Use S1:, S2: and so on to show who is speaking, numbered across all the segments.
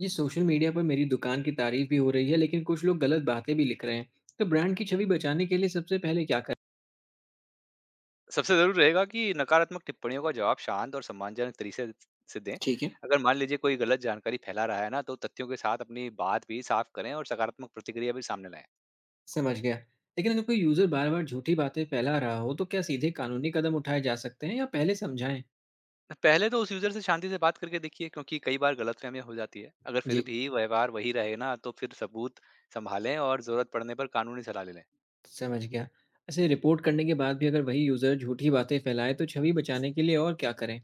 S1: ये social media पर मेरी दुकान की तारीफ भी हो रही है, लेकिन कुछ लोग गलत बातें भी लिख रहे हैं। तो ब्रांड की छवि बचाने के लिए सबसे पहले क्या करें?
S2: सबसे ज़रूर रहेगा कि नकारात्मक टिप्पणियों का जवाब शांत और सम्मानजनक तरीके से दें।
S1: ठीक है।
S2: अगर मान लीजिए कोई गलत जानकारी फैला रहा है ना, तो तथ्यों के साथ अपनी बात भी साफ करें और सकारात्मक प्रतिक्रिया भी सामने लाएँ।
S1: समझ गया। लेकिन अगर कोई यूजर बार बार झूठी बातें फैला रहा हो तो क्या सीधे कानूनी कदम उठाए जा सकते हैं या पहले समझाएं?
S2: पहले तो उस यूज़र से शांति से बात करके देखिए, क्योंकि कई बार गलतफ़हमियाँ हो जाती है। अगर फिर
S1: जी।
S2: भी व्यवहार वही रहे ना, तो फिर सबूत सँभालें और ज़रूरत पड़ने पर कानूनी सलाह ले लें।
S1: समझ गया। ऐसे रिपोर्ट करने के बाद भी अगर वही यूजर झूठी बातें फैलाए तो छवि बचाने के लिए और क्या करें?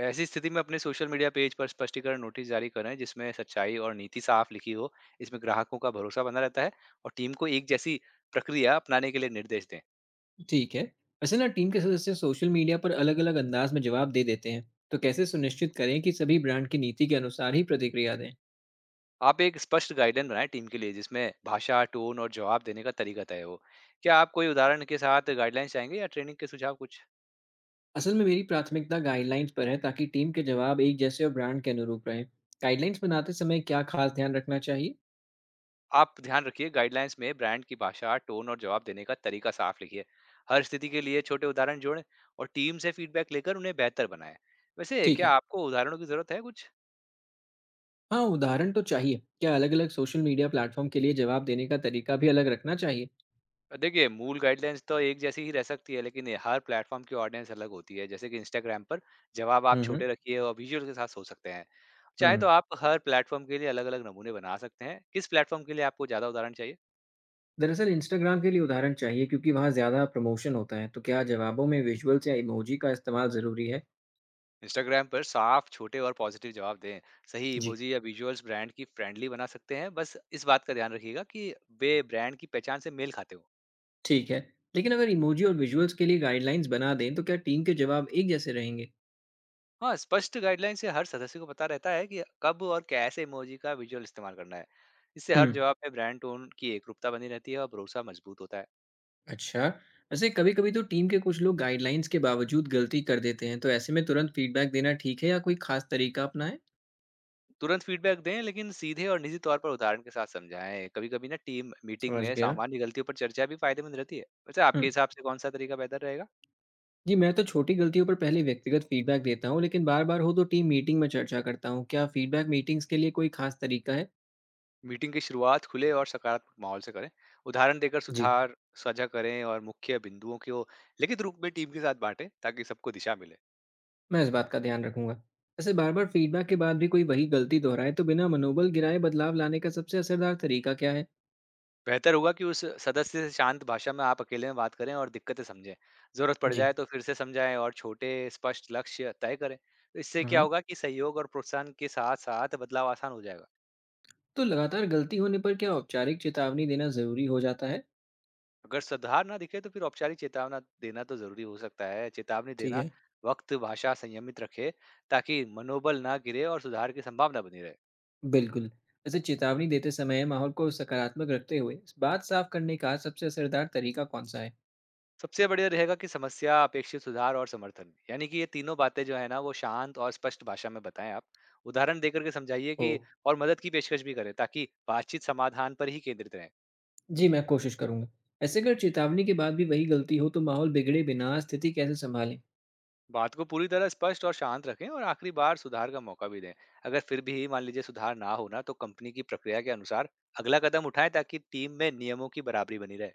S2: ऐसी स्थिति में अपने सोशल मीडिया पेज पर स्पष्टीकरण नोटिस जारी करें, जिसमें सच्चाई और नीति साफ लिखी हो। इसमें ग्राहकों का भरोसा बना रहता है, और टीम को एक जैसी प्रक्रिया अपनाने के लिए निर्देश दें।
S1: ठीक है। वैसे ना, टीम के सदस्य सोशल मीडिया पर अलग अलग अंदाज में जवाब दे देते हैं। तो कैसे सुनिश्चित करें कि सभी ब्रांड की नीति के अनुसार ही प्रतिक्रिया दें?
S2: आप एक स्पष्ट गाइडलाइन बनाएँ टीम के लिए, जिसमें भाषा, टोन और जवाब देने का तरीका तय हो। क्या आप कोई उदाहरण के साथ गाइडलाइंस चाहेंगे या ट्रेनिंग के सुझाव कुछ?
S1: असल में मेरी प्राथमिकता गाइडलाइंस पर है ताकि टीम के जवाब एक जैसे और ब्रांड के अनुरूप रहें। गाइडलाइंस बनाते समय क्या खास ध्यान रखना चाहिए?
S2: आप ध्यान रखिए, गाइडलाइंस में ब्रांड की भाषा, टोन और जवाब देने का तरीका साफ लिखिए। हर स्थिति के लिए छोटे उदाहरण जोड़ें और टीम से फीडबैक लेकर उन्हें बेहतर बनाएँ। वैसे
S1: ठीक
S2: क्या
S1: है।
S2: आपको उदाहरणों की ज़रूरत है कुछ?
S1: हाँ, उदाहरण तो चाहिए। क्या अलग-अलग सोशल मीडिया प्लेटफॉर्म के लिए जवाब देने का तरीका भी अलग रखना चाहिए?
S2: देखिए, मूल गाइडलाइंस तो एक जैसी ही रह सकती है, लेकिन ये हर प्लेटफ़ॉर्म की ऑडियंस अलग होती है। जैसे कि इंस्टाग्राम पर जवाब आप
S1: हम्म।
S2: छोटे रखिए और विजुअल के साथ सोच सकते हैं।
S1: हम्म।
S2: चाहे तो
S1: हम्म।
S2: आप हर प्लेटफ़ॉर्म के लिए अलग-अलग नमूने बना सकते हैं। किस प्लेटफ़ॉर्म के लिए आपको ज़्यादा उदाहरण चाहिए?
S1: दरअसल इंस्टाग्राम के लिए उदाहरण चाहिए क्योंकि वहाँ ज़्यादा प्रमोशन होता है। तो क्या जवाबों में विजुअल्स या इमोजी का इस्तेमाल ज़रूरी है?
S2: इंस्टाग्राम पर साफ, छोटे और पॉजिटिव जवाब दें। सही
S1: जी।
S2: इमोजी या विजुअल्स ब्रांड की फ्रेंडली बना सकते हैं। बस इस बात का ध्यान रखिएगा कि वे ब्रांड की पहचान से मेल खाते हों।
S1: ठीक है। लेकिन अगर इमोजी और विजुअल्स के लिए गाइडलाइंस बना दें तो क्या टीम के जवाब एक जैसे रहेंगे?
S2: हाँ, स्पष्ट गाइडलाइन से हर सदस्य को पता रहता है कि कब और कैसे इमोजी का विजुअल इस्तेमाल करना है। इससे हर
S1: हम्म।
S2: जवाब में ब्रांड टोन की एकरूपता बनी रहती है और भरोसा मजबूत होता है।
S1: अच्छा, वैसे कभी-कभी तो टीम के कुछ लोग गाइडलाइंस के बावजूद गलती कर देते हैं, तो ऐसे में तुरंत फीडबैक देना ठीक है या कोई खास तरीका अपनाएं?
S2: तुरंत फीडबैक दें, लेकिन सीधे और निजी तौर पर उदाहरण के साथ समझाएं। कभी-कभी ना टीम मीटिंग
S1: समझ
S2: में
S1: गया।
S2: सामान्य गलतियों पर चर्चा भी फायदेमंद रहती है। वैसे
S1: हुँ।
S2: आपके हिसाब से कौन-सा तरीका बेहतर रहेगा?
S1: जी, मैं तो छोटी गलतियों पर पहले व्यक्तिगत फीडबैक देता हूँ, लेकिन बार-बार हो तो टीम मीटिंग में चर्चा करता हूँ। क्या फीडबैक मीटिंग्स के लिए कोई खास तरीका है?
S2: मीटिंग की शुरुआत खुले और सकारात्मक माहौल से करें। उदाहरण देकर
S1: जी।
S2: सुधार साझा करें और मुख्य बिंदुओं को लिखित रूप में टीम के साथ बांटें, ताकि सबको दिशा मिले।
S1: मैं इस बात का ध्यान रखूंगा। वैसे बार-बार फीडबैक के बाद भी कोई वही गलती दोहराए तो बिना मनोबल गिराए बदलाव लाने का सबसे असरदार तरीका क्या है?
S2: बेहतर होगा कि उस सदस्य से शांत भाषा में आप अकेले में बात करें और दिक्कतें समझें। ज़रूरत पड़
S1: जी।
S2: जाए तो फिर से समझाएँ और छोटे स्पष्ट लक्ष्य तय करें। तो इससे क्या
S1: हाँ,
S2: होगा कि सहयोग और प्रोत्साहन के साथ-साथ बदलाव आसान हो जाएगा।
S1: तो लगातार गलती होने पर क्या औपचारिक चेतावनी देना ज़रूरी हो जाता है?
S2: अगर सुधार ना दिखे, तो फिर औपचारिक चेतावना देना तो ज़रूरी हो सकता है। चेतावनी
S1: ठीक
S2: देना
S1: है।
S2: वक्त भाषा संयमित रखे, ताकि मनोबल ना गिरे और सुधार की संभावना बनी रहे।
S1: बिल्कुल। वैसे चेतावनी देते समय माहौल को सकारात्मक रखते हुए, इस बात साफ करने का सबसे असरदार तरीका कौन-सा है?
S2: सबसे बढ़िया रहेगा कि समस्या, अपेक्षित सुधार और समर्थन, यानी कि ये तीनों बातें जो है ना, वो शांत और स्पष्ट भाषा में बताएँ आप। उदाहरण देकर के समझाइए कि
S1: ओह!
S2: और मदद की पेशकश भी करें, ताकि बातचीत समाधान पर ही केंद्रित रहे।
S1: जी, मैं कोशिश करूँगा। ऐसे अगर चेतावनी के बाद भी वही गलती हो, तो माहौल बिगड़े बिना स्थिति कैसे सँभालें?
S2: बात को पूरी तरह स्पष्ट और शांत रखें और आखिरी बार सुधार का मौका भी दें। अगर फिर भी मान लीजिए सुधार ना हो ना, तो कंपनी की प्रक्रिया के अनुसार अगला कदम उठाएँ, ताकि टीम में नियमों की बराबरी बनी रहे।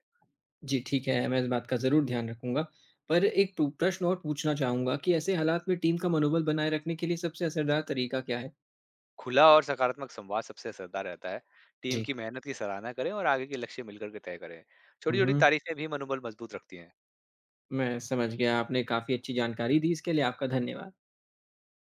S1: जी, ठीक है, मैं इस बात का ज़रूर ध्यान रखूँगा। पर एक टू प्रश्न और पूछना चाहूँगा कि ऐसे हालात में टीम का मनोबल बनाए रखने के लिए सबसे असरदार तरीका क्या है?
S2: खुला और सकारात्मक संवाद सबसे असरदार रहता है। टीम
S1: जी।
S2: की मेहनत की सराहना करें और आगे के लक्ष्य मिलकर के तय करें।
S1: हुँ,
S2: छोटी-छोटी
S1: हुँ।
S2: तारीफ़ें भी मनोबल मजबूत रखती हैं।
S1: मैं समझ गया, आपने काफ़ी अच्छी जानकारी दी, इसके लिए आपका धन्यवाद।